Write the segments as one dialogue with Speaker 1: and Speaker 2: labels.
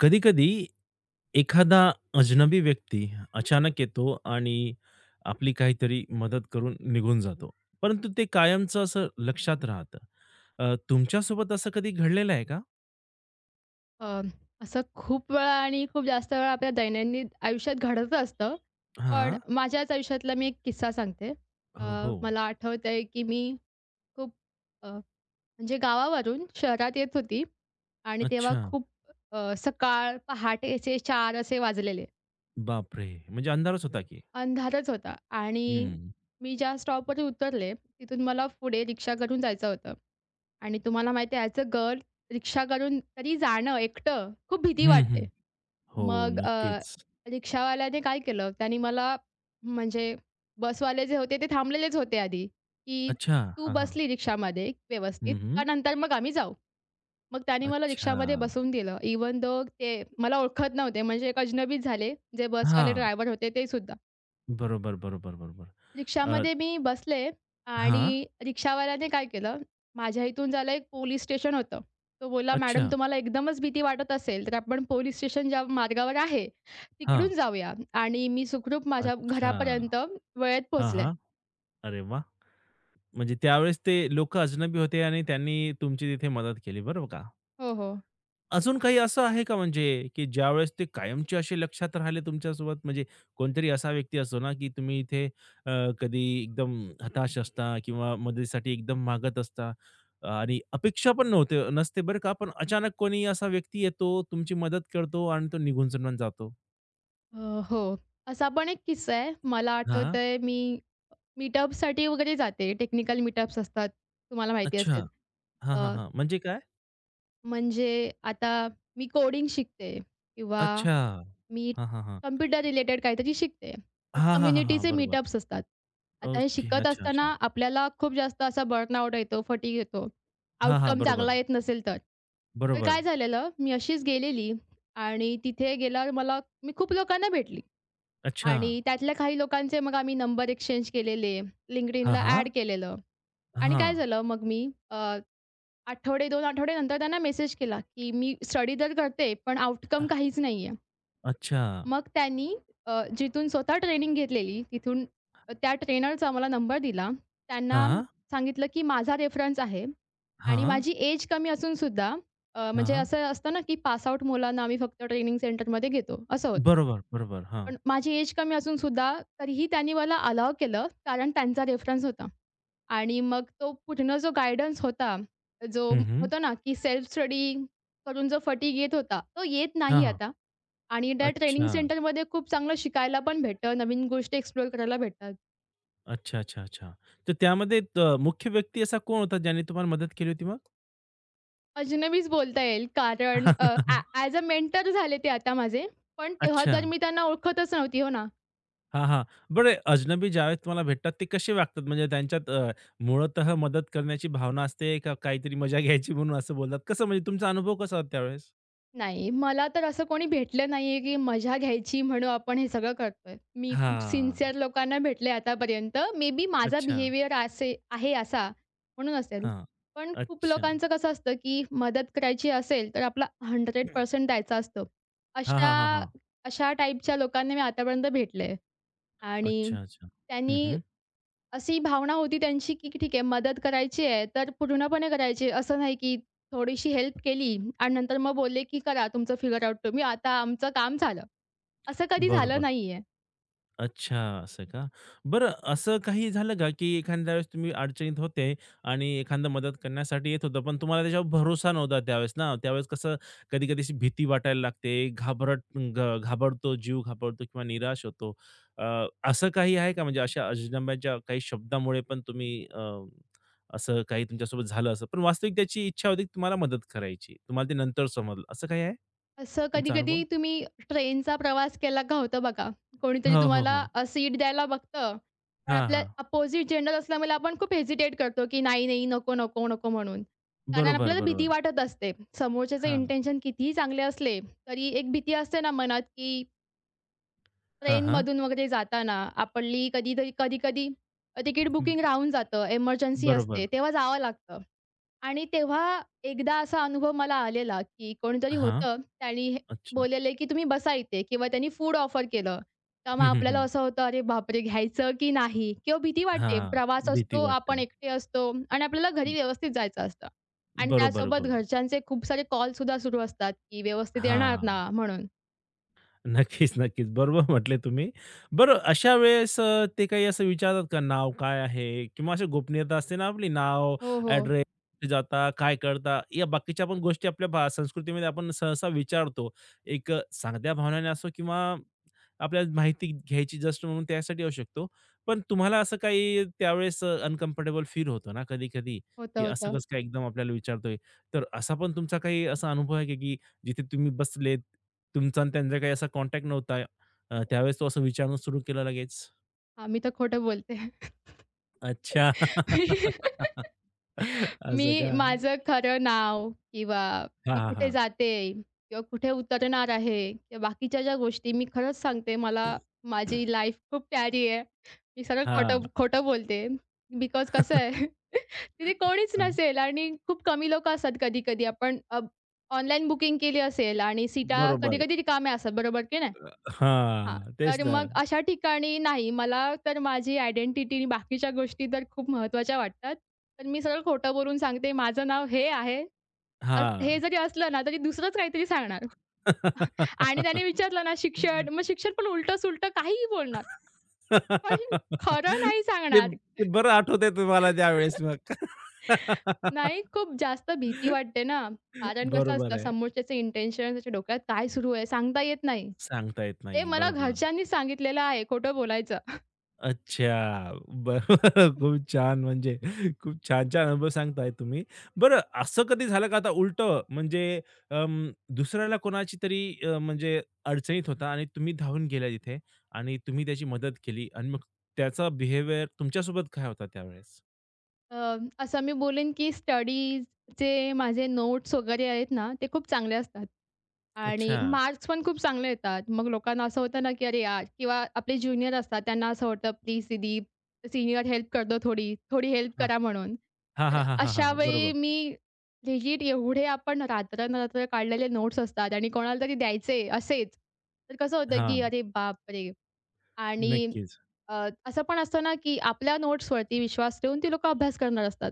Speaker 1: कधी-कधी एखादा अजनबी व्यक्ती अचानक येतो आणि आपली काहीतरी मदत करून निघून जातो. परंतु ते कायमचं असं लक्षात राहतं. तुमच्यासोबत असं कधी घडलेलं आहे का?
Speaker 2: अ, असं खूप वेळा आणि खूप जास्त वेळा आपल्या दैनंदिन आयुष्यात घडत असतं. पण
Speaker 1: हां.
Speaker 2: माझ्याच आयुष्यातला मी एक किस्सा सांगते. अ,
Speaker 1: हो, हो.
Speaker 2: मला आठवतंय की मी खूप अ, म्हणजे गावावरून शहरात येत होती आणि तेव्हा
Speaker 1: अच्छा.
Speaker 2: खूप सकाळ पहाटेचे 4 असे वाजलेले.
Speaker 1: बापरे! म्हणजे अंधारच होता की.
Speaker 2: अंधारच होता आणि
Speaker 1: हं.
Speaker 2: मी ज्या स्टॉपवर उतरले, तिथून मला पुढे रिक्षा करून जायचं होतं. आणि तुम्हाला माहिती आहे ॲज अ गर्ल रिक्षा करून तरी जाणं एकटं खूप भीती
Speaker 1: हं, हं.
Speaker 2: वाटते.
Speaker 1: हो,
Speaker 2: मग
Speaker 1: नक्कीच.
Speaker 2: रिक्षावाल्याने काय केलं, त्याने मला म्हणजे बसवाले जे होते ते थांबलेलेच होते आधी, की
Speaker 1: अच्छा.
Speaker 2: "तू
Speaker 1: हां, हां.
Speaker 2: बसली रिक्षामध्ये व्यवस्थित,
Speaker 1: हं, हं.
Speaker 2: का नंतर मग आम्ही जाऊ." मग त्याने मला रिक्षामध्ये
Speaker 1: अच्छा.
Speaker 2: बसवून दिलं. इव्हन दो ते मला ओळखत नव्हते म्हणजे एक अजनबीच झाले, जे बसवाले
Speaker 1: हां.
Speaker 2: ड्रायव्हर होते ते सुद्धा.
Speaker 1: बरोबर, बरोबर, बरोबर. अ,
Speaker 2: रिक्षामध्ये मी बसले आणि
Speaker 1: हां.
Speaker 2: रिक्षावाल्याने काय केलं, माझ्या इथून जायला एक पोलिस स्टेशन होतं. तो बोलला, "मॅडम
Speaker 1: अच्छा.
Speaker 2: तुम्हाला एकदमच भीती वाटत असेल, तर आपण पोलिस स्टेशन ज्या मार्गावर आहे,
Speaker 1: हां.
Speaker 2: तिकडून जाऊया." आणि मी सुखरूप माझ्या
Speaker 1: अच्छा.
Speaker 2: घरापर्यंत वेळेत
Speaker 1: हां,
Speaker 2: पोहोचले.
Speaker 1: हां. अरे वाह! म्हणजे त्यावेळेस ते लोकं अजनबी होते आणि त्यांनी तुमची तिथे मदत केली, बरोबर का?
Speaker 2: हो, हो.
Speaker 1: अजून काही असं आहे का म्हणजे, की ज्यावेळेस ते कायमचे असे लक्षात राहिले तुमच्यासोबत? म्हणजे कोणतरी असा व्यक्ती असतो ना, की तुम्ही इथे अ, कधी एकदम हताश असता किंवा मदतीसाठी एकदम मागत असता आणि अपेक्षा पण नव्हते नसते बरं का, पण अचानक कोणी असा व्यक्ती येतो, तुमची मदत करतो आणि तो निघून सडून जातो.
Speaker 2: अ, हो. असा पण एक किस्सा आहे. मला
Speaker 1: हां.
Speaker 2: आठवतंय मी मीटअपसाठी वगैरे जाते. टेक्निकल मीटअप्स असतात, तुम्हाला माहिती
Speaker 1: अच्छा.
Speaker 2: असेल.
Speaker 1: हां, हां,
Speaker 2: अ,
Speaker 1: हां. म्हणजे काय?
Speaker 2: म्हणजे आता मी कोडिंग शिकते किंवा
Speaker 1: अच्छा.
Speaker 2: मी
Speaker 1: हां, हां, हां.
Speaker 2: कॉम्प्युटर रिलेटेड काहीतरी शिकते. मग
Speaker 1: हां, हां, हां, हां.
Speaker 2: कम्युनिटीचे
Speaker 1: बरोबर.
Speaker 2: मीटअप्स असतात. आता हे
Speaker 1: ओके.
Speaker 2: शिकत
Speaker 1: अच्छा,
Speaker 2: असताना
Speaker 1: अच्छा.
Speaker 2: आपल्याला खूप जास्त असा बर्नआउट येतो, फटीग येतो.
Speaker 1: हां, हां.
Speaker 2: आउटकम चांगला
Speaker 1: बरोबर,
Speaker 2: येत नसेल तर. तर
Speaker 1: बरोबर.
Speaker 2: काय झालेलं, मी अशीच गेलेली आणि तिथे गेल्यावर मला मी खूप लोकांना भेटली
Speaker 1: अच्छा.
Speaker 2: आणि त्यातल्या काही लोकांचे मग आम्ही नंबर एक्सचेंज केलेले,
Speaker 1: हां,
Speaker 2: LinkedInला ॲड
Speaker 1: हां.
Speaker 2: केलेलं आणि काय
Speaker 1: हां.
Speaker 2: झालं मग मी आठवडे 2 आठवड्यानंतर त्यांना मेसेज केला, की "मी स्टडी तर करते, पण
Speaker 1: अ,
Speaker 2: आउटकम काहीच नाहीये."
Speaker 1: अच्छा.
Speaker 2: मग त्यांनी जिथून स्वतः ट्रेनिंग घेतलेली तिथून त्या ट्रेनरचा मला नंबर दिला. त्यांना
Speaker 1: हां,
Speaker 2: सांगितलं, की माझा रेफरन्स आहे आणि
Speaker 1: हां,
Speaker 2: माझी एज कमी असून सुद्धा म्हणजे
Speaker 1: हां.
Speaker 2: असं असतं ना, की पास आउट मुलांना आम्ही फक्त ट्रेनिंग सेंटरमध्ये घेतो, असं होतं.
Speaker 1: बरोबर, बरोबर. हां.
Speaker 2: पण माझी एज कमी असून सुद्धा तरीही त्यांनी मला अलाऊ केलं, कारण त्यांचा रेफरन्स होता. आणि मग तो पूर्ण जो गाईडन्स होता, जो
Speaker 1: हं, हं.
Speaker 2: होतो ना, की सेल्फ स्टडी करून जो फटीग येत होता, तो येत
Speaker 1: हां,
Speaker 2: नाही
Speaker 1: हां.
Speaker 2: आता. आणि त्या ट्रेनिंग
Speaker 1: अच्छा.
Speaker 2: सेंटरमध्ये खूप चांगलं शिकायला पण भेटतं, नवीन गोष्टी एक्सप्लोर करायला भेटतात.
Speaker 1: अच्छा, अच्छा, अच्छा. तर त्यामध्ये मुख्य व्यक्ती असा कोण होता ज्याने तुम्हाला मदत केली होती मग?
Speaker 2: अजनबीच बोलता येईल कारण ॲज अ मेंटर झाले ते आता माझे. पण तेव्हा
Speaker 1: अच्छा.
Speaker 2: तर मी त्यांना ओळखतच नव्हती, हो ना.
Speaker 1: हां, हां. बरं अजनबी ज्यावेळेस तुम्हाला भेटतात ते कसे वागतात? म्हणजे त्यांच्यात मुळतः मदत करण्याची भावना असते का काहीतरी मजा घ्यायची म्हणून असं बोलतात? कसं म्हणजे तुमचा अनुभव कसा होता त्यावेळेस?
Speaker 2: नाही, मला तर असं कोणी भेटलं नाहीये, की मजा घ्यायची म्हणून आपण हे सगळं करतोय. मी खूप
Speaker 1: हां.
Speaker 2: सिन्सिअर लोकांना भेटले आतापर्यंत. मे बी माझा
Speaker 1: अच्छा.
Speaker 2: बिहेवियर असे आहे असा म्हणून असेल.
Speaker 1: हां.
Speaker 2: पण खूप
Speaker 1: अच्छा.
Speaker 2: लोकांचं कसं असतं, की मदत करायची असेल तर आपला 100% द्यायचा असतो.
Speaker 1: हां, हां, हां,
Speaker 2: अशा
Speaker 1: हां.
Speaker 2: अशा टाईपच्या लोकांना मी आतापर्यंत भेटले आणि
Speaker 1: अच्छा, अच्छा. हं,
Speaker 2: त्यांनी
Speaker 1: हं.
Speaker 2: अशी भावना होती त्यांची, की ठीक आहे मदत करायची आहे, तर पूर्णपणे करायची आहे. असं नाही, की थोडीशी हेल्प केली आणि नंतर मग बोलले, की "करा तुमचं फिगर आउट तुम्ही, आता आमचं काम झालं." असं कधी झालं
Speaker 1: बरोबर.
Speaker 2: नाहीये.
Speaker 1: अच्छा, असं का? बरं असं काही झालं का, की एखाद्या वेळेस तुम्ही अडचणीत होते आणि एखादा मदत करण्यासाठी येत होतं, पण तुम्हाला त्याच्यावर भरोसा नव्हता त्यावेळेस ना, त्यावेळेस कसं कधी-कधी अशी भीती वाटायला लागते, घाबरट घ घाबरतो, जीव घाबरतो किंवा निराश होतो. असं काही आहे का म्हणजे अशा अजनब्याच्या काही शब्दामुळे पण तुम्ही असं काही तुमच्यासोबत झालं असं, पण वास्तविक त्याची इच्छा होती की तुम्हाला मदत करायची. तुम्हाला ते नंतर समजलं. असं काही आहे
Speaker 2: असं
Speaker 1: तुमचा अनुभव?
Speaker 2: कधी-कधी तुम्ही ट्रेनचा प्रवास केला का होता बघा, कोणीतरी
Speaker 1: हो, हो, हो.
Speaker 2: तुम्हाला सीट द्यायला बघतं, पण
Speaker 1: हां,
Speaker 2: आपल्या
Speaker 1: हां.
Speaker 2: अपोझिट जेंडर असल्यामुळे आपण खूप हेजिटेट करतो, की "नाही, नाही, नको, नको, नको" म्हणून. कारण
Speaker 1: बरोबर,
Speaker 2: आपल्याला भीती
Speaker 1: बरोबर.
Speaker 2: वाटत असते. समोरच्याचे
Speaker 1: हां.
Speaker 2: इंटेन्शन कितीही चांगले असले, तरी एक भीती असते ना मनात, की
Speaker 1: हां, हां.
Speaker 2: ट्रेनमधून वगैरे जाताना आपली कधीतरी कधी-कधी तिकीट
Speaker 1: हं,
Speaker 2: बुकिंग राहून जातं, एमर्जन्सी
Speaker 1: बरोबर.
Speaker 2: असते, तेव्हा जावं लागतं. आणि तेव्हा एकदा असा अनुभव मला आलेला, की कोणीतरी
Speaker 1: हां,
Speaker 2: होतं, त्यानी हे
Speaker 1: अच्छा.
Speaker 2: बोललेलं, की "तुम्ही बसा इथे" किंवा त्यांनी फूड ऑफर केलं. तेव्हा
Speaker 1: हं, हं,
Speaker 2: आपल्याला
Speaker 1: हं.
Speaker 2: असं होतं, "अरे बापरे! घ्यायचं की नाही?" किंवा भीती वाटते.
Speaker 1: हां,
Speaker 2: प्रवास
Speaker 1: भीती
Speaker 2: असतो, आपण
Speaker 1: वाटते.
Speaker 2: एकटे असतो आणि आपल्याला घरी
Speaker 1: हं,
Speaker 2: व्यवस्थित जायचं असतं. आणि
Speaker 1: बरोबर,
Speaker 2: त्यासोबत
Speaker 1: बरोबर.
Speaker 2: घरच्यांचे खूप सारे कॉलसुद्धा सुरू असतात, की "व्यवस्थित येणार ना?"
Speaker 1: हां,
Speaker 2: म्हणून.
Speaker 1: नक्कीच, नक्कीच. बरोबर म्हटले तुम्ही. बरं अशा वेळेस ते काही असं विचारतात का नाव काय आहे? किंवा अशी गोपनीयता असते ना आपली नाव,
Speaker 2: हो, हो.
Speaker 1: ॲड्रेस, जाता, काय करता? या बाकीच्या पण गोष्टी आपल्या संस्कृतीमध्ये आपण सहसा विचारतो. एक साध्या भावनेने असो किंवा आपल्याला माहिती घ्यायची जस्ट म्हणून त्यासाठी येऊ शकतो. पण तुम्हाला असं काही त्यावेळेस अनकम्फर्टेबल फील होतो ना कधी-कधी,
Speaker 2: होतं,
Speaker 1: की असं
Speaker 2: होतं.
Speaker 1: कसं काय एकदम आपल्याला विचारतोय. तर असा पण तुमचा काही असा अनुभव आहे का, की जिथे तुम्ही बसलेत, तुमचा आणि त्यांचा काही असा कॉन्टॅक्ट नव्हता. त्यावेळेस तो असं विचारणं सुरू केलं लगेच?
Speaker 2: हां, मी तर खोटं बोलते.
Speaker 1: अच्छा. असं
Speaker 2: मी
Speaker 1: का?
Speaker 2: माझं खरं नाव किंवा
Speaker 1: हां,
Speaker 2: मी
Speaker 1: हां,
Speaker 2: कुठे
Speaker 1: हां.
Speaker 2: जाते किंवा कुठे उतरणार आहे किंवा बाकीच्या ज्या गोष्टी मी खरंच सांगते, मला माझी लाईफ खूप प्यारी आहे. मी सरळ खोटं
Speaker 1: हां,
Speaker 2: खोटं बोलते. बिकॉज कसं आहे तिथे कोणीच
Speaker 1: हां.
Speaker 2: नसेल आणि खूप कमी लोकं असतात कधी-कधी. आपण ऑनलाईन बुकिंग केली असेल आणि सीटा
Speaker 1: बरोबर.
Speaker 2: कधी-कधी रिकाम्या असतात, बरोबर की नाही? हां,
Speaker 1: हां, तेच
Speaker 2: तर
Speaker 1: ना.
Speaker 2: मग अशा ठिकाणी नाही, मला तर माझी आयडेंटिटी बाकीच्या गोष्टी तर खूप महत्त्वाच्या वाटतात. तर मी सरळ खोटं बोलून सांगते, माझं नाव हे आहे. हे
Speaker 1: हां.
Speaker 2: जरी असलं ना, तरी दुसरंच काहीतरी सांगणार आणि त्याने विचारलं ना शिक्षण, मग शिक्षण पण उलटं-सुलटं काहीही बोलणार. पण खरं नाही
Speaker 1: ते
Speaker 2: सांगणार.
Speaker 1: ते बरं आठवतंय तुम्हाला त्यावेळेस मग.
Speaker 2: नाही, खूप जास्त भीती वाटते ना, कारण कसं
Speaker 1: बरोबर
Speaker 2: असतं
Speaker 1: आहे.
Speaker 2: समोरच्याचे इंटेन्शन त्याच्या डोक्यात काय सुरू आहे सांगता येत नाही.
Speaker 1: सांगता येत
Speaker 2: ते
Speaker 1: नाही.
Speaker 2: मला
Speaker 1: बरोबर.
Speaker 2: घरच्यांनी सांगितलेलं आहे खोटं बोलायचं.
Speaker 1: अच्छा. बरं. खूप छान म्हणजे खूप छान-छान अनुभव सांगताय तुम्ही. बरं असं कधी झालं का आता उलटं म्हणजे अं, दुसऱ्याला कोणाची तरी म्हणजे अडचणीत होता आणि तुम्ही धावून गेल्या तिथे आणि तुम्ही त्याची मदत केली आणि मग त्याचा बिहेवियर तुमच्यासोबत काय होता त्यावेळेस?
Speaker 2: अ, असं मी बोलेन की स्टडीजचे माझे नोट्स वगैरे आहेत ना, ते खूप चांगले असतात आणि
Speaker 1: अच्छा.
Speaker 2: मार्क्स पण खूप चांगले येतात. मग लोकांना असं होतं ना, की "अरे यार" किंवा आपले ज्युनियर असतात त्यांना असं होतं, "प्लीज दीदी सीनियर हेल्प करतो थोडी, थोडी हेल्प
Speaker 1: हां.
Speaker 2: करा" म्हणून.
Speaker 1: हां,
Speaker 2: तर
Speaker 1: हां, हां, हां,
Speaker 2: अशा
Speaker 1: हां.
Speaker 2: वेळी
Speaker 1: बरोबर.
Speaker 2: मी लिजिट एवढे आपण रात्रंरात्र काढलेले नोट्स असतात आणि कोणाला तरी द्यायचे असेच, तर कसं होतं की
Speaker 1: हां,
Speaker 2: "अरे बापरे!" आणि
Speaker 1: नक्कीच.
Speaker 2: असं पण असतं ना, की आपल्या नोट्सवरती विश्वास ठेवून ती लोकं अभ्यास करणार असतात.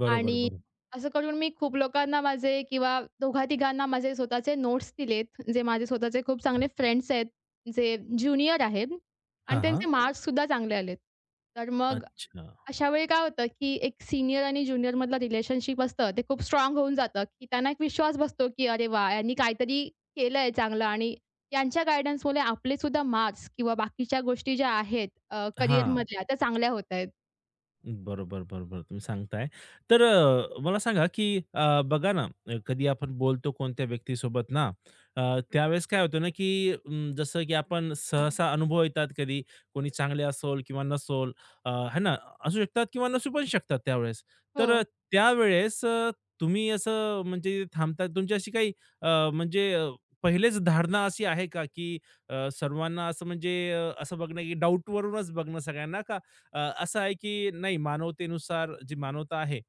Speaker 1: बरोबर,
Speaker 2: आणि
Speaker 1: बरोबर.
Speaker 2: असं करून मी खूप लोकांना माझे किंवा दोघा-तिघांना माझे स्वतःचे नोट्स दिलेत, जे माझे स्वतःचे खूप चांगले फ्रेंड्स आहेत, जे ज्युनियर आहेत आणि
Speaker 1: हां, हां.
Speaker 2: त्यांचे मार्क्ससुद्धा चांगले आलेत. तर मग
Speaker 1: अच्छा.
Speaker 2: अशा वेळी काय होतं, की एक सीनियर आणि ज्युनियरमधलं रिलेशनशिप असतं, ते खूप स्ट्राँग होऊन जातं, की त्यांना एक विश्वास बसतो, की "अरे वाह! यांनी काहीतरी केलंय चांगलं" आणि यांच्या गाईडन्समुळे आपले सुद्धा मार्क्स किंवा बाकीच्या गोष्टी ज्या आहेत अ, हं.
Speaker 1: हां,
Speaker 2: त्या चांगल्या होत आहेत.
Speaker 1: बरोबर, बरोबर. तुम्ही सांगताय. तर मला सांगा, की बघा ना, कधी आपण बोलतो कोणत्या व्यक्तीसोबत ना, त्यावेळेस काय होतं ना, की जसं की आपण सहसा अनुभव येतात कधी कोणी चांगले असोल किंवा नसोल है ना, असू शकतात किंवा नसू पण शकतात त्यावेळेस.
Speaker 2: हो.
Speaker 1: तर त्यावेळेस तुम्ही असं म्हणजे थांबता तुमची अशी काही म्हणजे पहिलेच धारणा अशी आहे का, की सर्वांना असं म्हणजे असं बघणं, की डाऊटवरूनच बघणं सगळ्यांना का असं आहे की नाही मानवतेनुसार जी मानवता आहे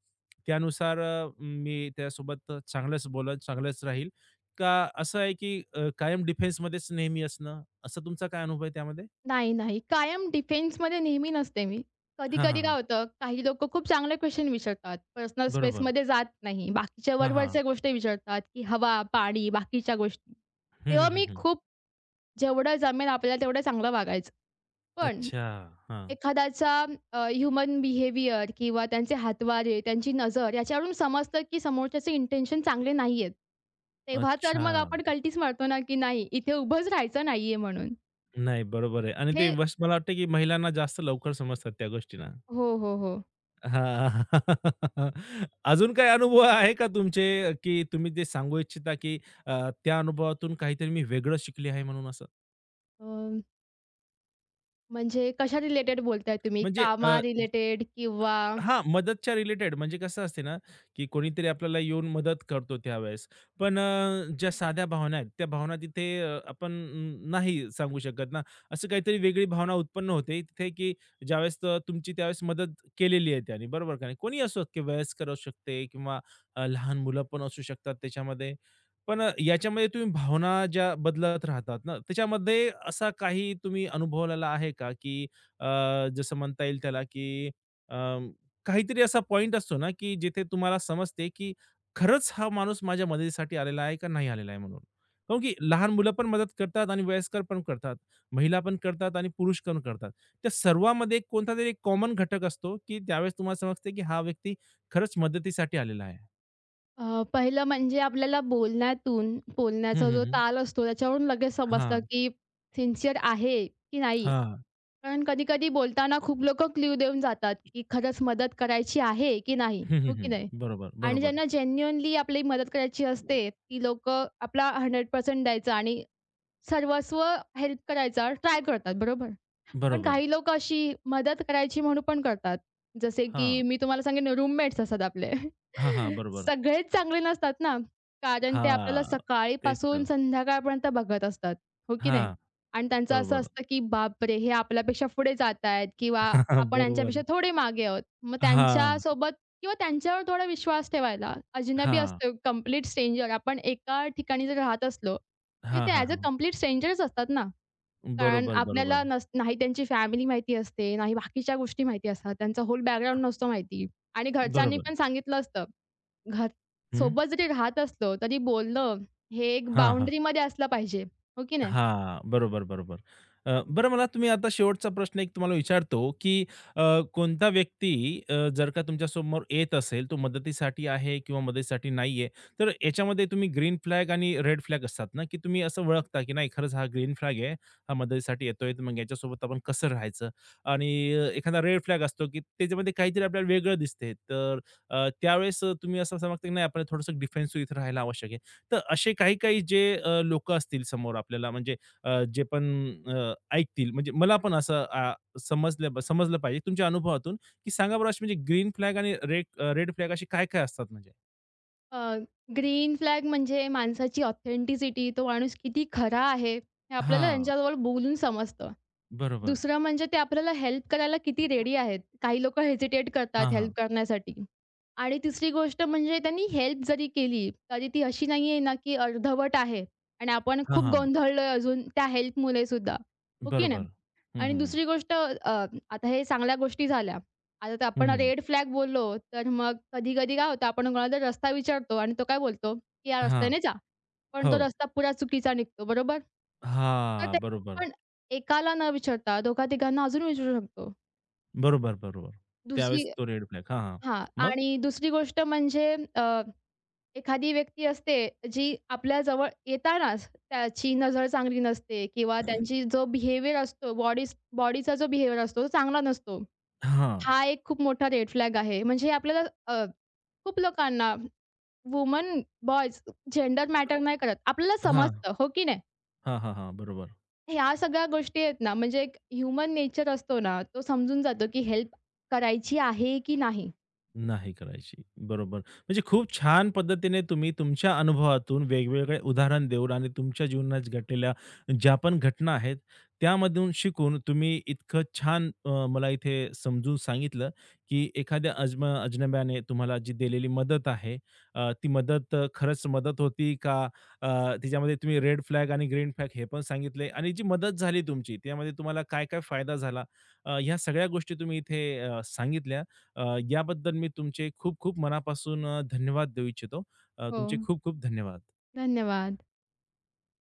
Speaker 1: त्यानुसार मी त्यासोबत चांगलंच बोलत चांगलंच राहील का असं आहे की कायम डिफेन्समध्येच नेहमी असणं असं तुमचा काय अनुभव आहे त्यामध्ये?
Speaker 2: नाही, नाही. कायम डिफेन्समध्ये नेहमी नसते मी.
Speaker 1: हां,
Speaker 2: कधी-कधी
Speaker 1: हां,
Speaker 2: काय
Speaker 1: हां.
Speaker 2: होतं, काही लोकं खूप चांगले क्वेशन विचारतात. पर्सनल
Speaker 1: बरोबर.
Speaker 2: स्पेसमध्ये जात नाही. बाकीच्या
Speaker 1: हां, हां.
Speaker 2: वरवरच्या गोष्टी विचारतात, की हवा, पाणी, बाकीच्या गोष्टी.
Speaker 1: हं,
Speaker 2: तेव्हा
Speaker 1: हं, हं,
Speaker 2: मी
Speaker 1: हं.
Speaker 2: खूप जेवढं जमेल आपल्याला तेवढं चांगलं वागायचं. पण
Speaker 1: अच्छा. हां.
Speaker 2: एखाद्याचा ह्युमन बिहेवियर किंवा त्यांचे हातवारे, त्यांची नजर याच्यावरून समजतं, की समोरच्याचे इंटेन्शन चांगले नाहीयेत. तेव्हा तर
Speaker 1: अच्छा.
Speaker 2: मग आपण कल्टीच मारतो ना, की नाही इथे उभंच राहायचं नाहीये म्हणून.
Speaker 1: नाही बरोबर आहे आणि
Speaker 2: हे
Speaker 1: ते वस मला वाटतं की महिलांना जास्त लवकर समजतात त्या गोष्टींना.
Speaker 2: हो, हो, हो.
Speaker 1: हां. अजून काही अनुभव आहे का तुमचे, की तुम्ही ते सांगू इच्छिता, की त्या अनुभवातून काहीतरी मी वेगळं शिकले आहे म्हणून असं?
Speaker 2: अ, म्हणजे कशा रिलेटेड बोलताय तुम्ही?
Speaker 1: म्हणजे अ
Speaker 2: कामा रिलेटेड किंवा
Speaker 1: हां, मदतच्या रिलेटेड म्हणजे कसं असते ना, की कोणीतरी आपल्याला येऊन मदत करतो त्यावेळेस. पण ज्या साध्या भावना आहेत, त्या भावना तिथे आपण नाही सांगू शकत ना. असं काहीतरी वेगळी भावना उत्पन्न होते तिथे, की ज्यावेळेस तुमची त्यावेळेस मदत केलेली आहे त्याने, बरोबर का नाही? कोणी असो, की वयस्कर असू शकते किंवा लहान मुलं पण असू शकतात त्याच्यामध्ये. पण याच्यामध्ये तुम्ही भावना ज्या बदलत राहतात ना, त्याच्यामध्ये असा काही तुम्ही अनुभवलेला आहे का, की अ, जसं म्हणता येईल त्याला, की काहीतरी असा पॉइंट असतो ना, की जिथे तुम्हाला समजते, की खरंच हा माणूस माझ्या मदतीसाठी आलेला आहे का नाही आलेला आहे म्हणून. काऊन की लहान मुलं पण मदत करतात आणि वयस्कर पण करतात. महिला पण करतात आणि पुरुष पण करतात. त्या सर्वामध्ये कोणतातरी एक कॉमन घटक असतो, की त्यावेळेस तुम्हाला समजते, की हा व्यक्ती खरंच मदतीसाठी आलेला आहे.
Speaker 2: पहिलं म्हणजे आपल्याला बोलण्यातून,
Speaker 1: हं,
Speaker 2: बोलण्याचा
Speaker 1: हं,
Speaker 2: जो
Speaker 1: हं.
Speaker 2: ताल असतो त्याच्यावरून लगेच समजतं,
Speaker 1: हां,
Speaker 2: की सिन्सिअर आहे की नाही.
Speaker 1: हां.
Speaker 2: कारण कधी-कधी बोलताना खूप लोकं क्लू देऊन जातात, की खरंच मदत करायची आहे की नाही,
Speaker 1: हं,
Speaker 2: हो
Speaker 1: हं,
Speaker 2: की
Speaker 1: हं.
Speaker 2: नाही?
Speaker 1: बरोबर,
Speaker 2: आणि
Speaker 1: बरोबर,
Speaker 2: ज्यांना जेन्युइनली आपली मदत करायची असते, ती लोकं आपला 100% द्यायचा आणि सर्वस्व हेल्प करायचा ट्राय करतात, बरोबर? पण
Speaker 1: बरोबर.
Speaker 2: काही लोकं अशी मदत करायची म्हणून पण करतात. जसे की
Speaker 1: हां.
Speaker 2: मी तुम्हाला सांगेन रूममेट्स असतात आपले.
Speaker 1: हां, हां. बरोबर.
Speaker 2: सगळेच चांगले नसतात ना, कारण ते आपल्याला
Speaker 1: हां. तेच
Speaker 2: सकाळीपासून
Speaker 1: तर.
Speaker 2: संध्याकाळपर्यंत बघत असतात, हो की नाही?
Speaker 1: हां.
Speaker 2: आणि त्यांचं असं
Speaker 1: बरोबर.
Speaker 2: असतं की बापरे! हे आपल्यापेक्षा पुढे जात आहेत किंवा आपण यांच्यापेक्षा
Speaker 1: बरोबर.
Speaker 2: थोडे मागे आहोत. मग
Speaker 1: हां,
Speaker 2: त्यांच्यासोबत किंवा त्यांच्यावर थोडा विश्वास ठेवायला अजनबी
Speaker 1: हां.
Speaker 2: असतो कंप्लीट स्ट्रेंजर. आपण एका ठिकाणी जर राहत असलो, तरी
Speaker 1: हा,
Speaker 2: ते
Speaker 1: हा,
Speaker 2: ॲज अ
Speaker 1: हा.
Speaker 2: कंप्लीट स्ट्रेंजरच असतात ना. कारण
Speaker 1: बरोबर,
Speaker 2: आपल्याला
Speaker 1: बरोबर.
Speaker 2: नाही त्यांची फॅमिली माहिती असते, नाही बाकीच्या गोष्टी माहिती असतात. त्यांचा होल बॅकग्राऊंड नसतो माहिती आणि घरच्यांनी
Speaker 1: बरोबर.
Speaker 2: पण सांगितलं असतं. घर
Speaker 1: हं.
Speaker 2: सोबत जरी राहत असलो, तरी बोलणं हे एक
Speaker 1: हा, हा.
Speaker 2: बाउंडरीमध्ये असलं पाहिजे, हो की नाही?
Speaker 1: हां, बरोबर, बरोबर. बरं मला तुम्ही आता शेवटचा प्रश्न एक तुम्हाला विचारतो, की अ, कोणता व्यक्ती जर का तुमच्यासमोर येत असेल, तो मदतीसाठी आहे किंवा मदतीसाठी नाही तर याच्यामध्ये तुम्ही ग्रीन फ्लॅग आणि रेड फ्लॅग असतात ना, की तुम्ही असं ओळखता, की नाही खरंच हा ग्रीन फ्लॅग आहे, हा मदतीसाठी येतोय, तर मग याच्यासोबत आपण कसं राहायचं? आणि एखादा रेड फ्लॅग असतो, की त्याच्यामध्ये काहीतरी आपल्याला वेगळं दिसते, तर त्यावेळेस तुम्ही असं समजता, की नाही आपल्याला थोडंसं डिफेन्सिव्ह इथे राहायला आवश्यक आहे. तर असे काही-काही जे लोकं असतील समोर आपल्याला म्हणजे जे पण ऐकतील म्हणजे मला पण असं समजलं समजलं पाहिजे तुमच्या अनुभवातून, की सांगा बरं अशी म्हणजे ग्रीन फ्लॅग आणि रेड रेड फ्लॅग असे काय-काय असतात म्हणजे?
Speaker 2: अ, ग्रीन फ्लॅग म्हणजे माणसाची ऑथेंटिसिटी, तो माणूस किती खरा आहे, हे आपल्याला
Speaker 1: हां,
Speaker 2: त्यांच्याजवळ बोलून समजतं.
Speaker 1: बरोबर.
Speaker 2: दुसरं म्हणजे ते आपल्याला हेल्प करायला किती रेडी आहेत. काही लोकं हेजिटेट करतात
Speaker 1: हां,
Speaker 2: हेल्प
Speaker 1: हां.
Speaker 2: करण्यासाठी. आणि तिसरी गोष्ट म्हणजे त्यांनी हेल्प जरी केली, तरी ती अशी नाही आहे ना, की अर्धवट आहे आणि आपण
Speaker 1: हां,
Speaker 2: खूप
Speaker 1: हां.
Speaker 2: गोंधळलोय अजून त्या हेल्पमुळे सुद्धा. हो की नाही?
Speaker 1: बरोबर. हं,
Speaker 2: आणि
Speaker 1: हं, हं.
Speaker 2: दुसरी गोष्ट आता हे चांगल्या गोष्टी झाल्या. आता तर
Speaker 1: हं,
Speaker 2: आपण
Speaker 1: हं.
Speaker 2: रेड फ्लॅग बोललो, तर मग कधी-कधी काय होतं, आपण कोणाला तर रस्ता विचारतो आणि तो काय बोलतो, की "या रस्त्याने जा." पण
Speaker 1: हो.
Speaker 2: तो रस्ता पुरा चुकीचा निघतो, बरोबर? तर
Speaker 1: हां,
Speaker 2: ते
Speaker 1: बरोबर.
Speaker 2: आपण एकाला न विचारता दोघा-तिघांना अजून विचारू शकतो.
Speaker 1: बरोबर, बरोबर.
Speaker 2: दुसरी
Speaker 1: त्यावेळेस तो रेड फ्लॅग. हां, हां.
Speaker 2: हां.
Speaker 1: मग?
Speaker 2: आणि दुसरी गोष्ट म्हणजे एखादी व्यक्ती असते जी आपल्या जवळ येतानाच त्याची नजर चांगली नसते किंवा त्यांची जो बिहेवियर असतो, बॉडीचा जो बिहेवियर असतो तो चांगला नसतो.
Speaker 1: हां.
Speaker 2: हा एक खूप मोठा रेड फ्लॅग आहे. म्हणजे आपल्याला अ, खूप लोकांना वुमन, बॉयज जेंडर मॅटर नाही करत. आपल्याला
Speaker 1: हां.
Speaker 2: समजतं, हो की नाही?
Speaker 1: हां, हां, हां. बरोबर.
Speaker 2: ह्या सगळ्या गोष्टी आहेत ना, म्हणजे एक ह्युमन नेचर असतो ना, तो समजून जातो की हेल्प करायची आहे की नाही?
Speaker 1: नाही करायची. बरोबर. म्हणजे खूप छान पद्धतीने तुम्ही तुमच्या अनुभवातून वेगवेगळे उदाहरण देऊन आणि तुमच्या जीवनात घडलेल्या ज्या पण घटना आहेत, त्यामधून शिकून तुम्ही इतकं छान मला इथे समजून सांगितलं, की एखाद्या अजनब्याने तुम्हाला जी दिलेली मदत आहे, ती मदत खरंच मदत होती का? तिच्यामध्ये तुम्ही रेड फ्लॅग आणि ग्रीन फ्लॅग हे पण सांगितले आणि जी मदत झाली तुमची, त्यामध्ये तुम्हाला काय-काय फायदा झाला? ह्या सगळ्या गोष्टी तुम्ही इथे सांगितल्या. याबद्दल मी तुमचे खूप खूप मनापासून धन्यवाद देऊ इच्छितो.
Speaker 2: हो.
Speaker 1: तुमचे खूप खूप धन्यवाद.
Speaker 2: धन्यवाद.